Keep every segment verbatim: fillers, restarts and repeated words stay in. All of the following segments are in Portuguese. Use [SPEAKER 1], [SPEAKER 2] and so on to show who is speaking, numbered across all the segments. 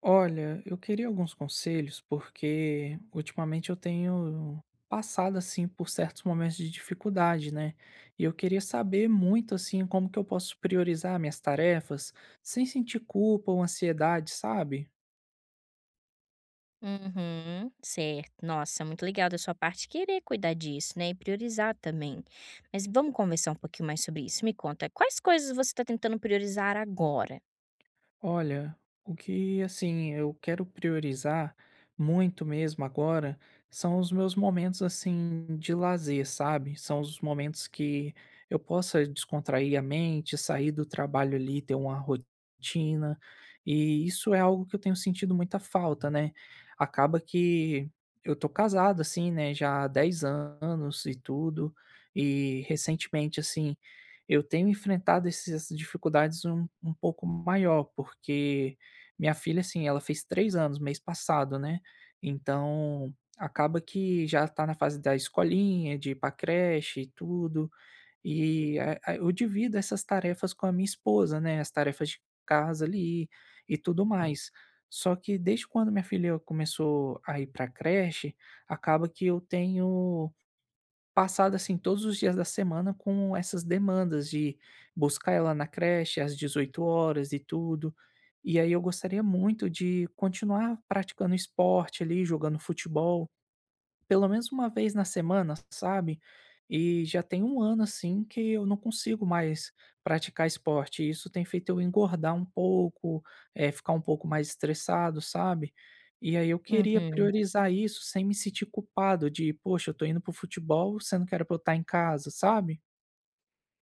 [SPEAKER 1] Olha, eu queria alguns conselhos, porque ultimamente eu tenho passado assim por certos momentos de dificuldade, né? E eu queria saber muito assim como que eu posso priorizar minhas tarefas sem sentir culpa ou ansiedade, sabe?
[SPEAKER 2] Uhum, certo. Nossa, muito legal da sua parte querer cuidar disso, né, e priorizar também. Mas vamos conversar um pouquinho mais sobre isso. Me conta, quais coisas você está tentando priorizar agora?
[SPEAKER 1] Olha, o que assim eu quero priorizar muito mesmo agora são os meus momentos assim de lazer, sabe? São os momentos que eu possa descontrair a mente, sair do trabalho ali, ter uma rotina. E isso é algo que eu tenho sentido muita falta, né? Acaba que eu tô casado assim, né, já há dez anos e tudo, e recentemente assim eu tenho enfrentado esses essas dificuldades um um pouco maior, porque minha filha, assim, ela fez três anos mês passado, né, então acaba que já tá na fase da escolinha, de ir pra creche e tudo, e a a eu divido essas tarefas com a minha esposa, né, as tarefas de casa ali e tudo mais. Só que desde quando minha filha começou a ir pra creche, acaba que eu tenho passado, assim, todos os dias da semana com essas demandas de buscar ela na creche às dezoito horas e tudo. E aí eu gostaria muito de continuar praticando esporte ali, jogando futebol. Pelo menos uma vez na semana, sabe. E já tem um ano, assim, que eu não consigo mais praticar esporte e isso tem feito eu engordar um pouco, eh, ficar um pouco mais estressado, sabe. E aí eu queria
[SPEAKER 2] Uhum.
[SPEAKER 1] priorizar isso sem me sentir culpado de: "Poxa, eu tô indo pro futebol, sendo que era pra eu estar em casa", sabe.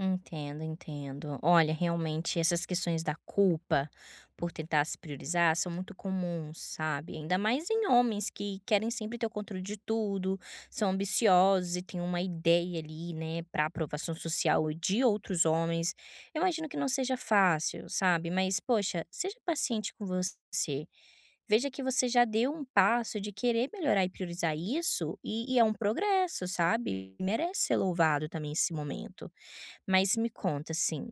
[SPEAKER 2] Entendo, entendo. Olha, realmente essas questões da culpa por tentar se priorizar são muito comuns, sabe? Ainda mais em homens que querem sempre ter o controle de tudo, são ambiciosos e têm uma ideia ali, né, para aprovação social e de outros homens. Eu imagino que não seja fácil, sabe? Mas poxa, seja paciente com você. Veja que você já deu um passo de querer melhorar e priorizar isso, e, e é um progresso, sabe? Merece ser louvado também esse momento. Mas me conta assim,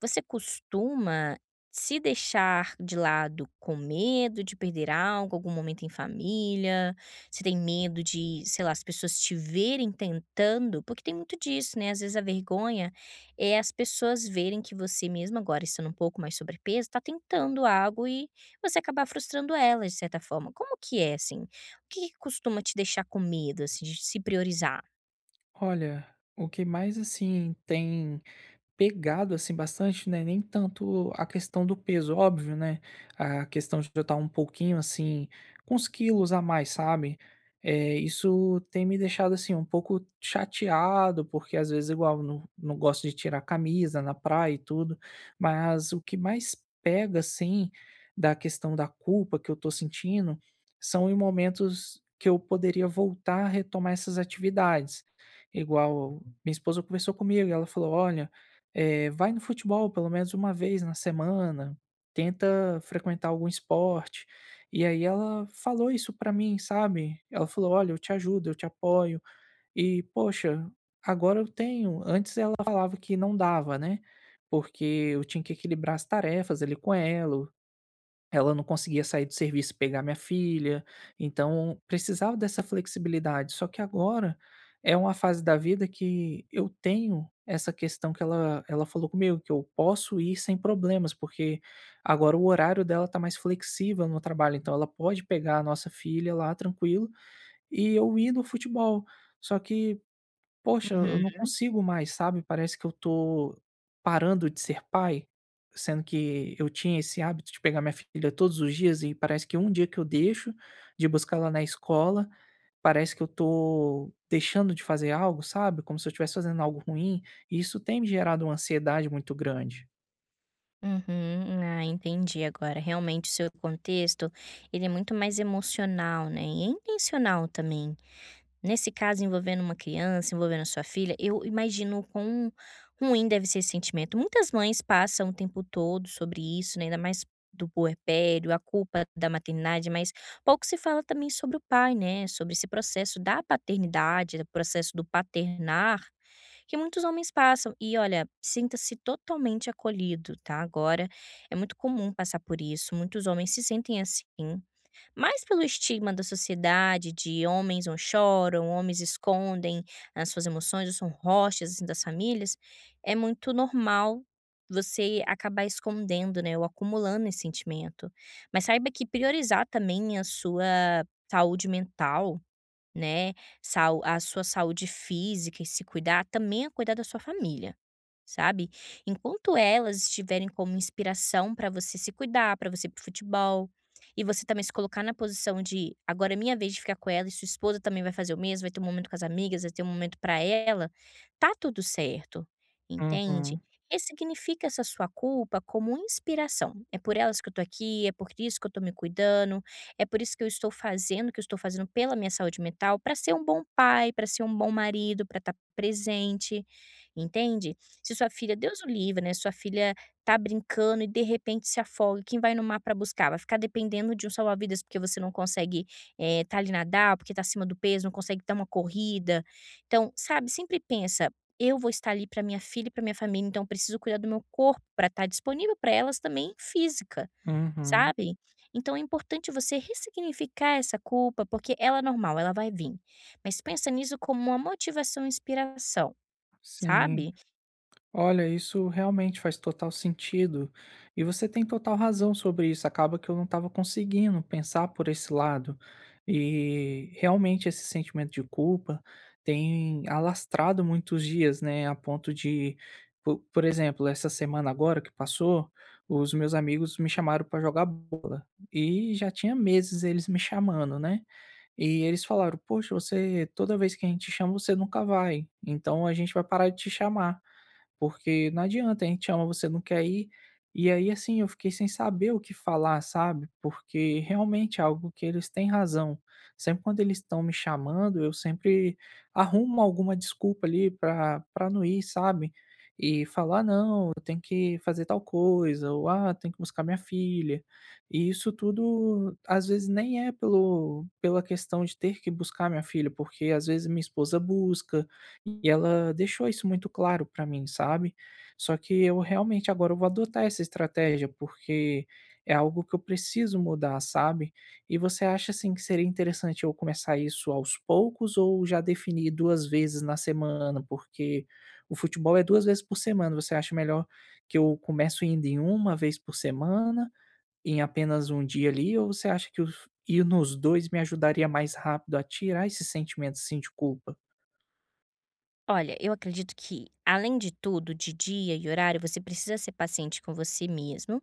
[SPEAKER 2] você costuma se deixar de lado com medo de perder algo, algum momento em família? Você tem medo de, sei lá, as pessoas te verem tentando? Porque tem muito disso, né, às vezes a vergonha é as pessoas verem que você mesmo agora estando um pouco mais sobrepeso, está tentando algo e você acabar frustrando elas de certa forma. Como que é assim? O que que costuma te deixar com medo, assim, de se priorizar?
[SPEAKER 1] Olha, o que mais, assim, tem pegado, assim, bastante, né, nem tanto a questão do peso, óbvio, né, a questão de eu estar um pouquinho, assim, com uns quilos a mais, sabe. É isso tem me deixado, assim, um pouco chateado, porque às vezes igual, eu não não gosto de tirar a camisa na praia e tudo, mas o que mais pega, assim, da questão da culpa que eu tô sentindo, são em momentos que eu poderia voltar a retomar essas atividades. Igual, minha esposa conversou comigo e ela falou: "Olha, eh, vai no futebol pelo menos uma vez na semana, tenta frequentar algum esporte. E aí ela falou isso pra mim, sabe? Ela falou: "Olha, eu te ajudo, eu te apoio". E, poxa, agora eu tenho antes ela falava que não dava, né, porque eu tinha que equilibrar as tarefas ali com ela, ela não conseguia sair do serviço e pegar minha filha, então precisava dessa flexibilidade. Só que agora é uma fase da vida que eu tenho essa questão que ela ela falou comigo, que eu posso ir sem problemas, porque agora o horário dela tá mais flexível no trabalho, então ela pode pegar a nossa filha lá tranquilo e eu ir no futebol. Só que poxa,
[SPEAKER 2] Uhum.
[SPEAKER 1] eu não consigo mais, sabe, parece que eu tô parando de ser pai, sendo que eu tinha esse hábito de pegar minha filha todos os dias e parece que um dia que eu deixo de buscar ela na escola, parece que eu tô deixando de fazer algo, sabe, como se eu estivesse fazendo algo ruim, e isso tem me gerado uma ansiedade muito grande.
[SPEAKER 2] Uhum. Ah, entendi agora. Realmente, o seu contexto, ele é muito mais emocional, né, e é intencional também. Nesse caso envolvendo uma criança, envolvendo a sua filha, eu imagino o quão ruim deve ser esse sentimento. Muitas mães passam o tempo todo sobre isso, né, ainda mais do puerpério, a culpa da maternidade, mas pouco se fala também sobre o pai, né, sobre esse processo da paternidade, do processo do paternar, que muitos homens passam. E olha, sinta-se totalmente acolhido, tá? Agora é muito comum passar por isso, muitos homens se sentem assim. Mais pelo estigma da sociedade de homens não choram, homens escondem as suas emoções ou são rochas, assim, das famílias, é muito normal você acabar escondendo, né, ou acumulando esse sentimento. Mas saiba que priorizar também a sua saúde mental, né, sau a sua saúde física e se cuidar também é cuidar da sua família, sabe? Enquanto elas estiverem como inspiração para você se cuidar, para você ir para o futebol, e você também se colocar na posição de agora é minha vez de ficar com ela, e sua esposa também vai fazer o mesmo, vai ter um momento com as amigas, vai ter um momento para ela, tá tudo certo, entende?
[SPEAKER 1] Uhum,
[SPEAKER 2] Ressignifica essa sua culpa como inspiração. É por elas que eu tô aqui, é por isso que eu tô me cuidando, é por isso que eu estou fazendo o que eu estou fazendo pela minha saúde mental, para ser um bom pai, para ser um bom marido, para estar presente, entende? Se sua filha, Deus o livre, né, sua filha tá brincando e de repente se afoga, quem vai no mar pra buscar? Vai ficar dependendo de um salva-vidas porque você não consegue, eh, tá ali nadar, porque tá acima do peso, não consegue dar uma corrida. Então, sabe, sempre pensa: "Eu vou estar ali pra minha filha e pra minha família, então eu preciso cuidar do meu corpo pra estar disponível pra elas também física",
[SPEAKER 1] uhum,
[SPEAKER 2] sabe. Então é importante você ressignificar essa culpa, porque ela é normal, ela vai vir. Mas pensa nisso como uma motivação e inspiração,
[SPEAKER 1] sim.
[SPEAKER 2] sabe.
[SPEAKER 1] Olha, isso realmente faz total sentido. E você tem total razão sobre isso. Acaba que eu não estava conseguindo pensar por esse lado. E realmente esse sentimento de culpa tem alastrado muitos dias, né? A ponto de, po- por exemplo, essa semana agora que passou, os meus amigos me chamaram para jogar bola. E já tinha meses eles me chamando, né? E eles falaram: Poxa, você, toda vez que a gente chama, você nunca vai. Então a gente vai parar de te chamar. Porque não adianta, a gente chama você não quer ir. E aí, assim, eu fiquei sem saber o que falar, sabe? Porque realmente é algo que eles têm razão. Sempre quando eles estão me chamando, eu sempre arrumo alguma desculpa ali para para não ir, sabe? E falar, "Ah, não, eu tenho que fazer tal coisa, ou ah, tenho que buscar minha filha. E isso tudo, às vezes, nem é pelo, pela questão de ter que buscar minha filha, porque às vezes minha esposa busca, e ela deixou isso muito claro pra mim, sabe. Só que eu realmente agora eu vou adotar essa estratégia, porque é algo que eu preciso mudar, sabe. E você acha, assim, que seria interessante eu começar isso aos poucos ou já definir duas vezes na semana? Porque o futebol é duas vezes por semana, você acha melhor que eu começo indo em uma vez por semana, em apenas um dia ali, ou você acha que os ir nos dois me ajudaria mais rápido a tirar esse sentimento, assim, de culpa?
[SPEAKER 2] Olha, eu acredito que, além de tudo, de dia e horário, você precisa ser paciente com você mesmo,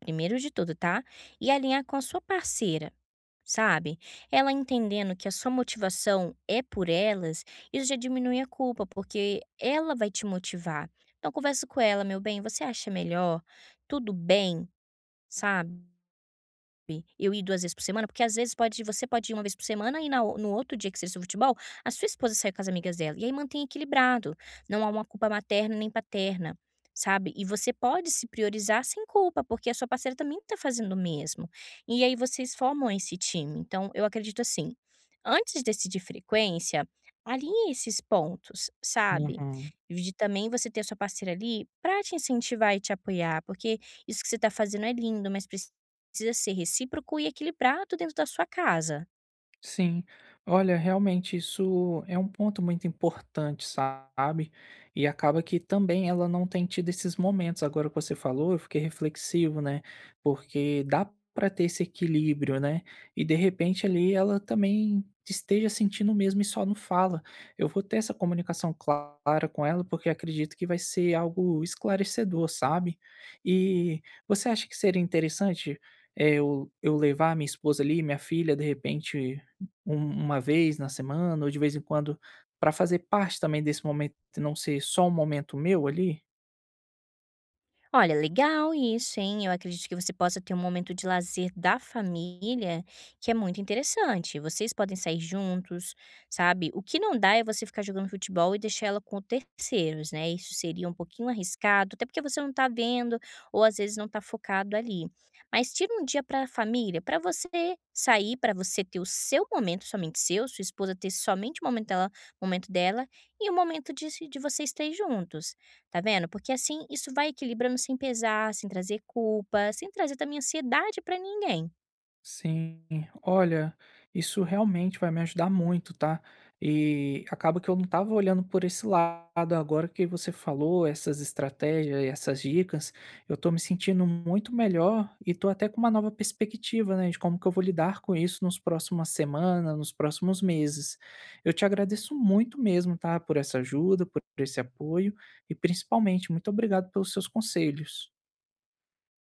[SPEAKER 2] primeiro de tudo, tá? E alinhar com a sua parceira, sabe? Ela entendendo que a sua motivação é por elas, isso já diminui a culpa, porque ela vai te motivar. Então, conversa com ela, meu bem, você acha melhor? Tudo bem? Sabe? Eu ir duas vezes por semana, porque às vezes pode você pode ir uma vez por semana e na o no outro dia que seja seu futebol, a sua esposa saiu com as amigas dela, e aí mantém equilibrado, não há uma culpa materna nem paterna, sabe. E você pode se priorizar sem culpa, porque a sua parceira também tá fazendo o mesmo. E aí vocês formam esse time. Então eu acredito assim, antes de decidir frequência, alinhe esses pontos, sabe.
[SPEAKER 1] Uhum.
[SPEAKER 2] De também você ter a sua parceira ali pra te incentivar e te apoiar, porque isso que você tá fazendo é lindo, mas preci precisa ser recíproco e equilibrado dentro da sua casa.
[SPEAKER 1] Sim, olha, realmente isso é um ponto muito importante, sabe? E acaba que também ela não tem tido esses momentos. Agora que você falou, eu fiquei reflexivo, né? Porque dá para ter esse equilíbrio, né? E de repente ali ela também esteja sentindo mesmo e só não fala. Eu vou ter essa comunicação clara com ela porque acredito que vai ser algo esclarecedor, sabe? E você acha que seria interessante? É, eu, eu levar minha esposa ali, minha filha, de repente um uma vez na semana ou de vez em quando, para fazer parte também desse momento, e não ser só um momento meu ali?
[SPEAKER 2] Olha, legal isso, hein. Eu acredito que você possa ter um momento de lazer da família, que é muito interessante. Vocês podem sair juntos, sabe. O que não dá é você ficar jogando futebol e deixar ela com terceiros, né. Isso seria um pouquinho arriscado, até porque você não tá vendo ou às vezes não tá focado ali. Mas tira um dia pra família, pra você sair, pra você ter o seu momento somente seu, sua esposa ter somente o momento dela momento dela e o momento de de vocês três juntos. Tá vendo? Porque assim isso vai equilibrando sem pesar, sem trazer culpa, sem trazer também ansiedade pra ninguém.
[SPEAKER 1] Sim, olha, isso realmente vai me ajudar muito, tá? E acaba que eu não estava olhando por esse lado. Agora que você falou essas estratégias e essas dicas, eu tô me sentindo muito melhor e tô até com uma nova perspectiva, né, de como que eu vou lidar com isso nos próximas semanas, nos próximos meses. Eu te agradeço muito mesmo, tá, por essa ajuda, por esse apoio e principalmente muito obrigado pelos seus conselhos.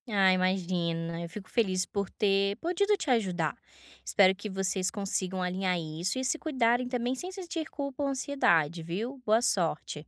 [SPEAKER 2] Ah, imagina, eu fico feliz por ter podido te ajudar. Espero que vocês consigam alinhar isso e se cuidarem também sem sentir culpa ou ansiedade, viu? Boa sorte.